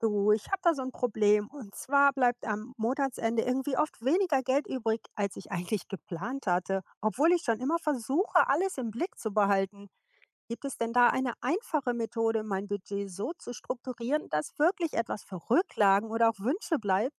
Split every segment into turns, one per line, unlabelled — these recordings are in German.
Du, ich habe da so ein Problem. Und zwar bleibt am Monatsende irgendwie oft weniger Geld übrig, als ich eigentlich geplant hatte, obwohl ich schon immer versuche, alles im Blick zu behalten. Gibt es denn da eine einfache Methode, mein Budget so zu strukturieren, dass wirklich etwas für Rücklagen oder auch Wünsche bleibt?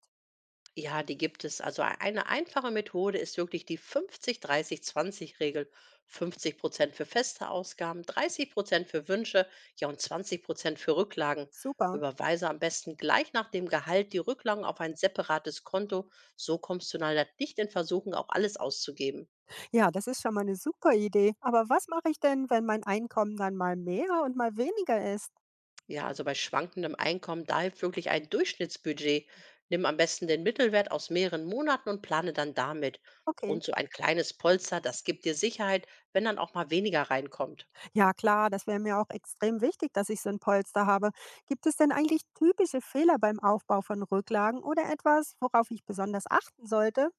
Ja, die gibt es. Also eine einfache Methode ist wirklich die 50-30-20-Regel. 50% für feste Ausgaben, 30% für Wünsche, ja und 20% für Rücklagen.
Super.
Überweise am besten gleich nach dem Gehalt die Rücklagen auf ein separates Konto. So kommst du leider nicht in Versuchung, auch alles auszugeben.
Ja, das ist schon mal eine super Idee. Aber was mache ich denn, wenn mein Einkommen dann mal mehr und mal weniger ist?
Ja, also bei schwankendem Einkommen, da hilft wirklich ein Durchschnittsbudget. Nimm am besten den Mittelwert aus mehreren Monaten und plane dann damit.
Okay.
Und so ein kleines Polster, das gibt dir Sicherheit, wenn dann auch mal weniger reinkommt.
Ja klar, das wäre mir auch extrem wichtig, dass ich so ein Polster habe. Gibt es denn eigentlich typische Fehler beim Aufbau von Rücklagen oder etwas, worauf ich besonders achten sollte?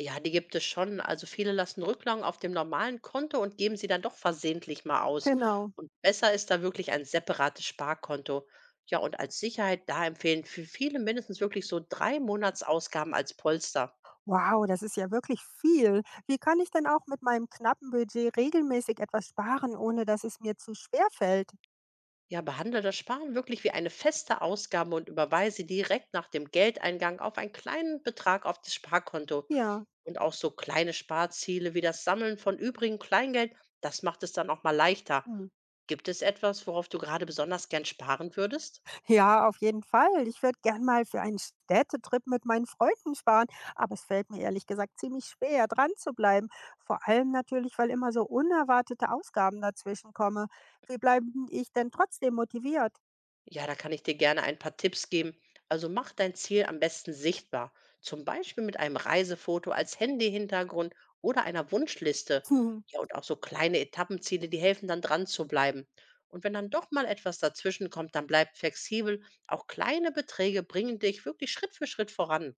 Ja, die gibt es schon. Also viele lassen Rücklagen auf dem normalen Konto und geben sie dann doch versehentlich mal aus.
Genau.
Und besser ist da wirklich ein separates Sparkonto. Ja, und als Sicherheit, da empfehlen für viele mindestens wirklich so 3 Monatsausgaben als Polster.
Wow, das ist ja wirklich viel. Wie kann ich denn auch mit meinem knappen Budget regelmäßig etwas sparen, ohne dass es mir zu schwer fällt?
Ja, behandle das Sparen wirklich wie eine feste Ausgabe und überweise direkt nach dem Geldeingang auf einen kleinen Betrag auf das Sparkonto.
Ja.
Und auch so kleine Sparziele wie das Sammeln von übrigem Kleingeld, das macht es dann auch mal leichter.
Mhm.
Gibt es etwas, worauf du gerade besonders gern sparen würdest?
Ja, auf jeden Fall. Ich würde gern mal für einen Städtetrip mit meinen Freunden sparen, aber es fällt mir ehrlich gesagt ziemlich schwer, dran zu bleiben. Vor allem natürlich, weil immer so unerwartete Ausgaben dazwischen kommen. Wie bleibe ich denn trotzdem motiviert?
Ja, da kann ich dir gerne ein paar Tipps geben. Also mach dein Ziel am besten sichtbar, zum Beispiel mit einem Reisefoto als Handy-Hintergrund oder einer Wunschliste.
Hm,
Ja, und auch so kleine Etappenziele, die helfen dann dran zu bleiben. Und wenn dann doch mal etwas dazwischen kommt, dann bleib flexibel. Auch kleine Beträge bringen dich wirklich Schritt für Schritt voran.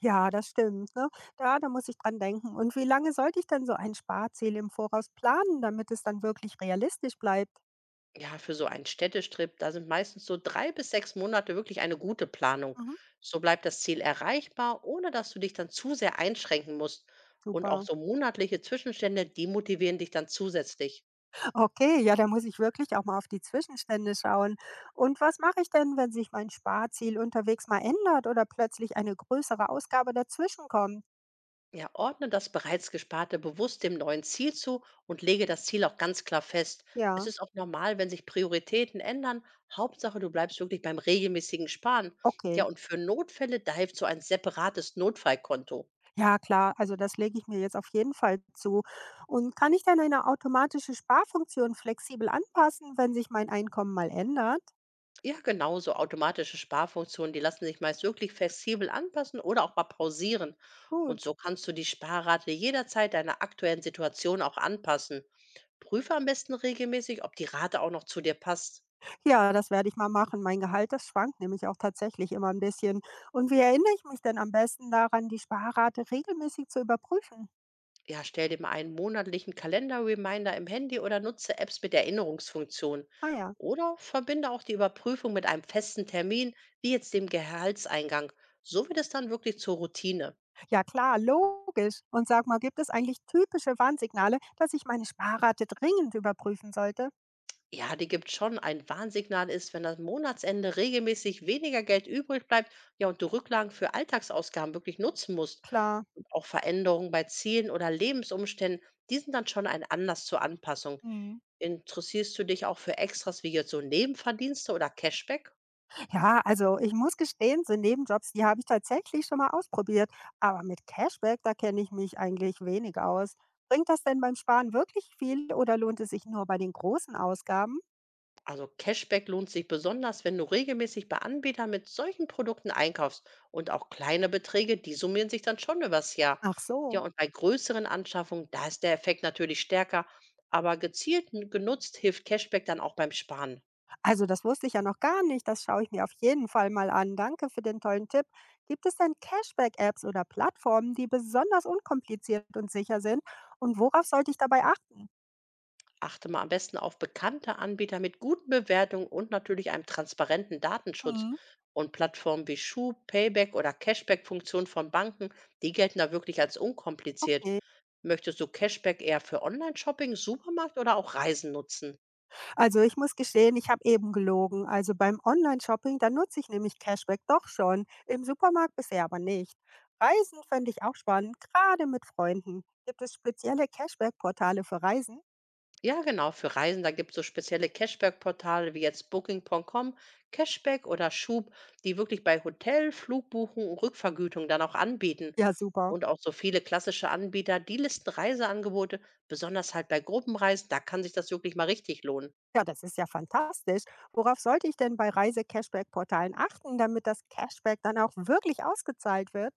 ja, das stimmt. Ne? Da muss ich dran denken. Und wie lange sollte ich denn so ein Sparziel im Voraus planen, damit es dann wirklich realistisch bleibt?
Ja, für so einen Städtestrip, da sind meistens so 3 bis 6 Monate wirklich eine gute Planung.
Mhm,
So bleibt das Ziel erreichbar, ohne dass du dich dann zu sehr einschränken musst. Und auch
super.
so monatliche Zwischenstände, die motivieren dich dann zusätzlich.
Okay, ja, da muss ich wirklich auch mal auf die Zwischenstände schauen. Und was mache ich denn, wenn sich mein Sparziel unterwegs mal ändert oder plötzlich eine größere Ausgabe dazwischen kommt?
Ja, ordne das bereits Gesparte bewusst dem neuen Ziel zu und lege das Ziel auch ganz klar fest. Es
Ja,
ist auch normal, wenn sich Prioritäten ändern. Hauptsache, du bleibst wirklich beim regelmäßigen Sparen. Ja,
okay.
und für Notfälle, da hilft so ein separates Notfallkonto.
Ja, klar, also das lege ich mir jetzt auf jeden Fall zu. Und kann ich dann eine automatische Sparfunktion flexibel anpassen, wenn sich mein Einkommen mal ändert?
Ja, genau, so automatische Sparfunktionen, die lassen sich meist wirklich flexibel anpassen oder auch mal pausieren. Und
Gut.
so kannst du die Sparrate jederzeit deiner aktuellen Situation auch anpassen. Prüfe am besten regelmäßig, ob die Rate auch noch zu dir passt.
Ja, das werde ich mal machen. Mein Gehalt, das schwankt nämlich auch tatsächlich immer ein bisschen. Und wie erinnere ich mich denn am besten daran, die Sparrate regelmäßig zu überprüfen?
Ja, stell dir mal einen monatlichen Kalender-Reminder im Handy oder nutze Apps mit Erinnerungsfunktion.
Ah ja.
Oder verbinde auch die Überprüfung mit einem festen Termin, wie jetzt dem Gehaltseingang. So wird es dann wirklich zur Routine.
Ja klar, logisch. Und sag mal, gibt es eigentlich typische Warnsignale, dass ich meine Sparrate dringend überprüfen sollte?
Ja, die gibt schon. Ein Warnsignal ist, wenn das Monatsende regelmäßig weniger Geld übrig bleibt, ja, und du Rücklagen für Alltagsausgaben wirklich nutzen musst.
Klar.
Und auch Veränderungen bei Zielen oder Lebensumständen, die sind dann schon ein Anlass zur Anpassung.
Hm.
Interessierst du dich auch für Extras wie jetzt so Nebenverdienste oder Cashback?
Ja, also ich muss gestehen, so Nebenjobs, die habe ich tatsächlich schon mal ausprobiert. Aber mit Cashback, da kenne ich mich eigentlich wenig aus. Bringt das denn beim Sparen wirklich viel oder lohnt es sich nur bei den großen Ausgaben?
Also Cashback lohnt sich besonders, wenn du regelmäßig bei Anbietern mit solchen Produkten einkaufst. Und auch kleine Beträge, die summieren sich dann schon übers Jahr.
Ach
Ja,
so.
und bei größeren Anschaffungen, da ist der Effekt natürlich stärker. Aber gezielt genutzt hilft Cashback dann auch beim Sparen.
Also das wusste ich ja noch gar nicht. Das schaue ich mir auf jeden Fall mal an. Danke für den tollen Tipp. Gibt es denn Cashback-Apps oder Plattformen, die besonders unkompliziert und sicher sind? Und worauf sollte ich dabei achten?
Achte mal am besten auf bekannte Anbieter mit guten Bewertungen und natürlich einem transparenten Datenschutz.
Hm.
Und Plattformen wie Schub, Payback oder Cashback-Funktionen von Banken, die gelten da wirklich als unkompliziert.
Nee.
Möchtest du Cashback eher für Online-Shopping, Supermarkt oder auch Reisen nutzen?
Also ich muss gestehen, ich habe eben gelogen. Also beim Online-Shopping, da nutze ich nämlich Cashback doch schon. Im Supermarkt bisher aber nicht. Reisen fände ich auch spannend, gerade mit Freunden. Gibt es spezielle Cashback-Portale für Reisen?
Ja, genau, für Reisen, da gibt es so spezielle Cashback-Portale wie jetzt Booking.com, Cashback oder Schub, die wirklich bei Hotel, Flugbuchung und Rückvergütung dann auch anbieten.
Ja, super.
Und auch so viele klassische Anbieter, die listen Reiseangebote, besonders halt bei Gruppenreisen, da kann sich das wirklich mal richtig lohnen.
Ja, das ist ja fantastisch. Worauf sollte ich denn bei Reise-Cashback-Portalen achten, damit das Cashback dann auch wirklich ausgezahlt wird?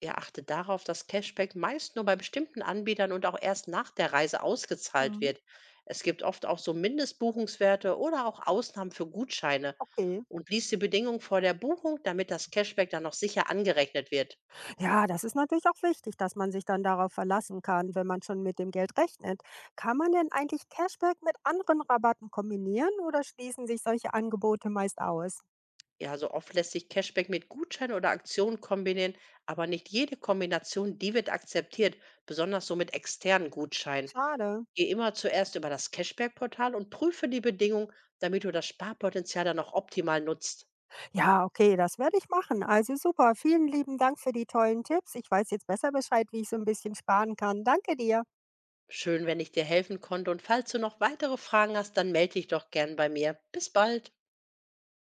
Er achtet darauf, dass Cashback meist nur bei bestimmten Anbietern und auch erst nach der Reise ausgezahlt
Mhm.
wird. Es gibt oft auch so Mindestbuchungswerte oder auch Ausnahmen für Gutscheine.
Okay.
Und liest die Bedingungen vor der Buchung, damit das Cashback dann noch sicher angerechnet wird.
Ja, das ist natürlich auch wichtig, dass man sich dann darauf verlassen kann, wenn man schon mit dem Geld rechnet. Kann man denn eigentlich Cashback mit anderen Rabatten kombinieren oder schließen sich solche Angebote meist aus?
Ja, so oft lässt sich Cashback mit Gutschein oder Aktionen kombinieren, aber nicht jede Kombination, die wird akzeptiert, besonders so mit externen Gutscheinen.
Schade.
Geh immer zuerst über das Cashback-Portal und prüfe die Bedingungen, damit du das Sparpotenzial dann auch optimal nutzt.
Ja, okay, das werde ich machen. Also super. Vielen lieben Dank für die tollen Tipps. Ich weiß jetzt besser Bescheid, wie ich so ein bisschen sparen kann. Danke dir.
Schön, wenn ich dir helfen konnte, und falls du noch weitere Fragen hast, dann melde dich doch gern bei mir. Bis bald.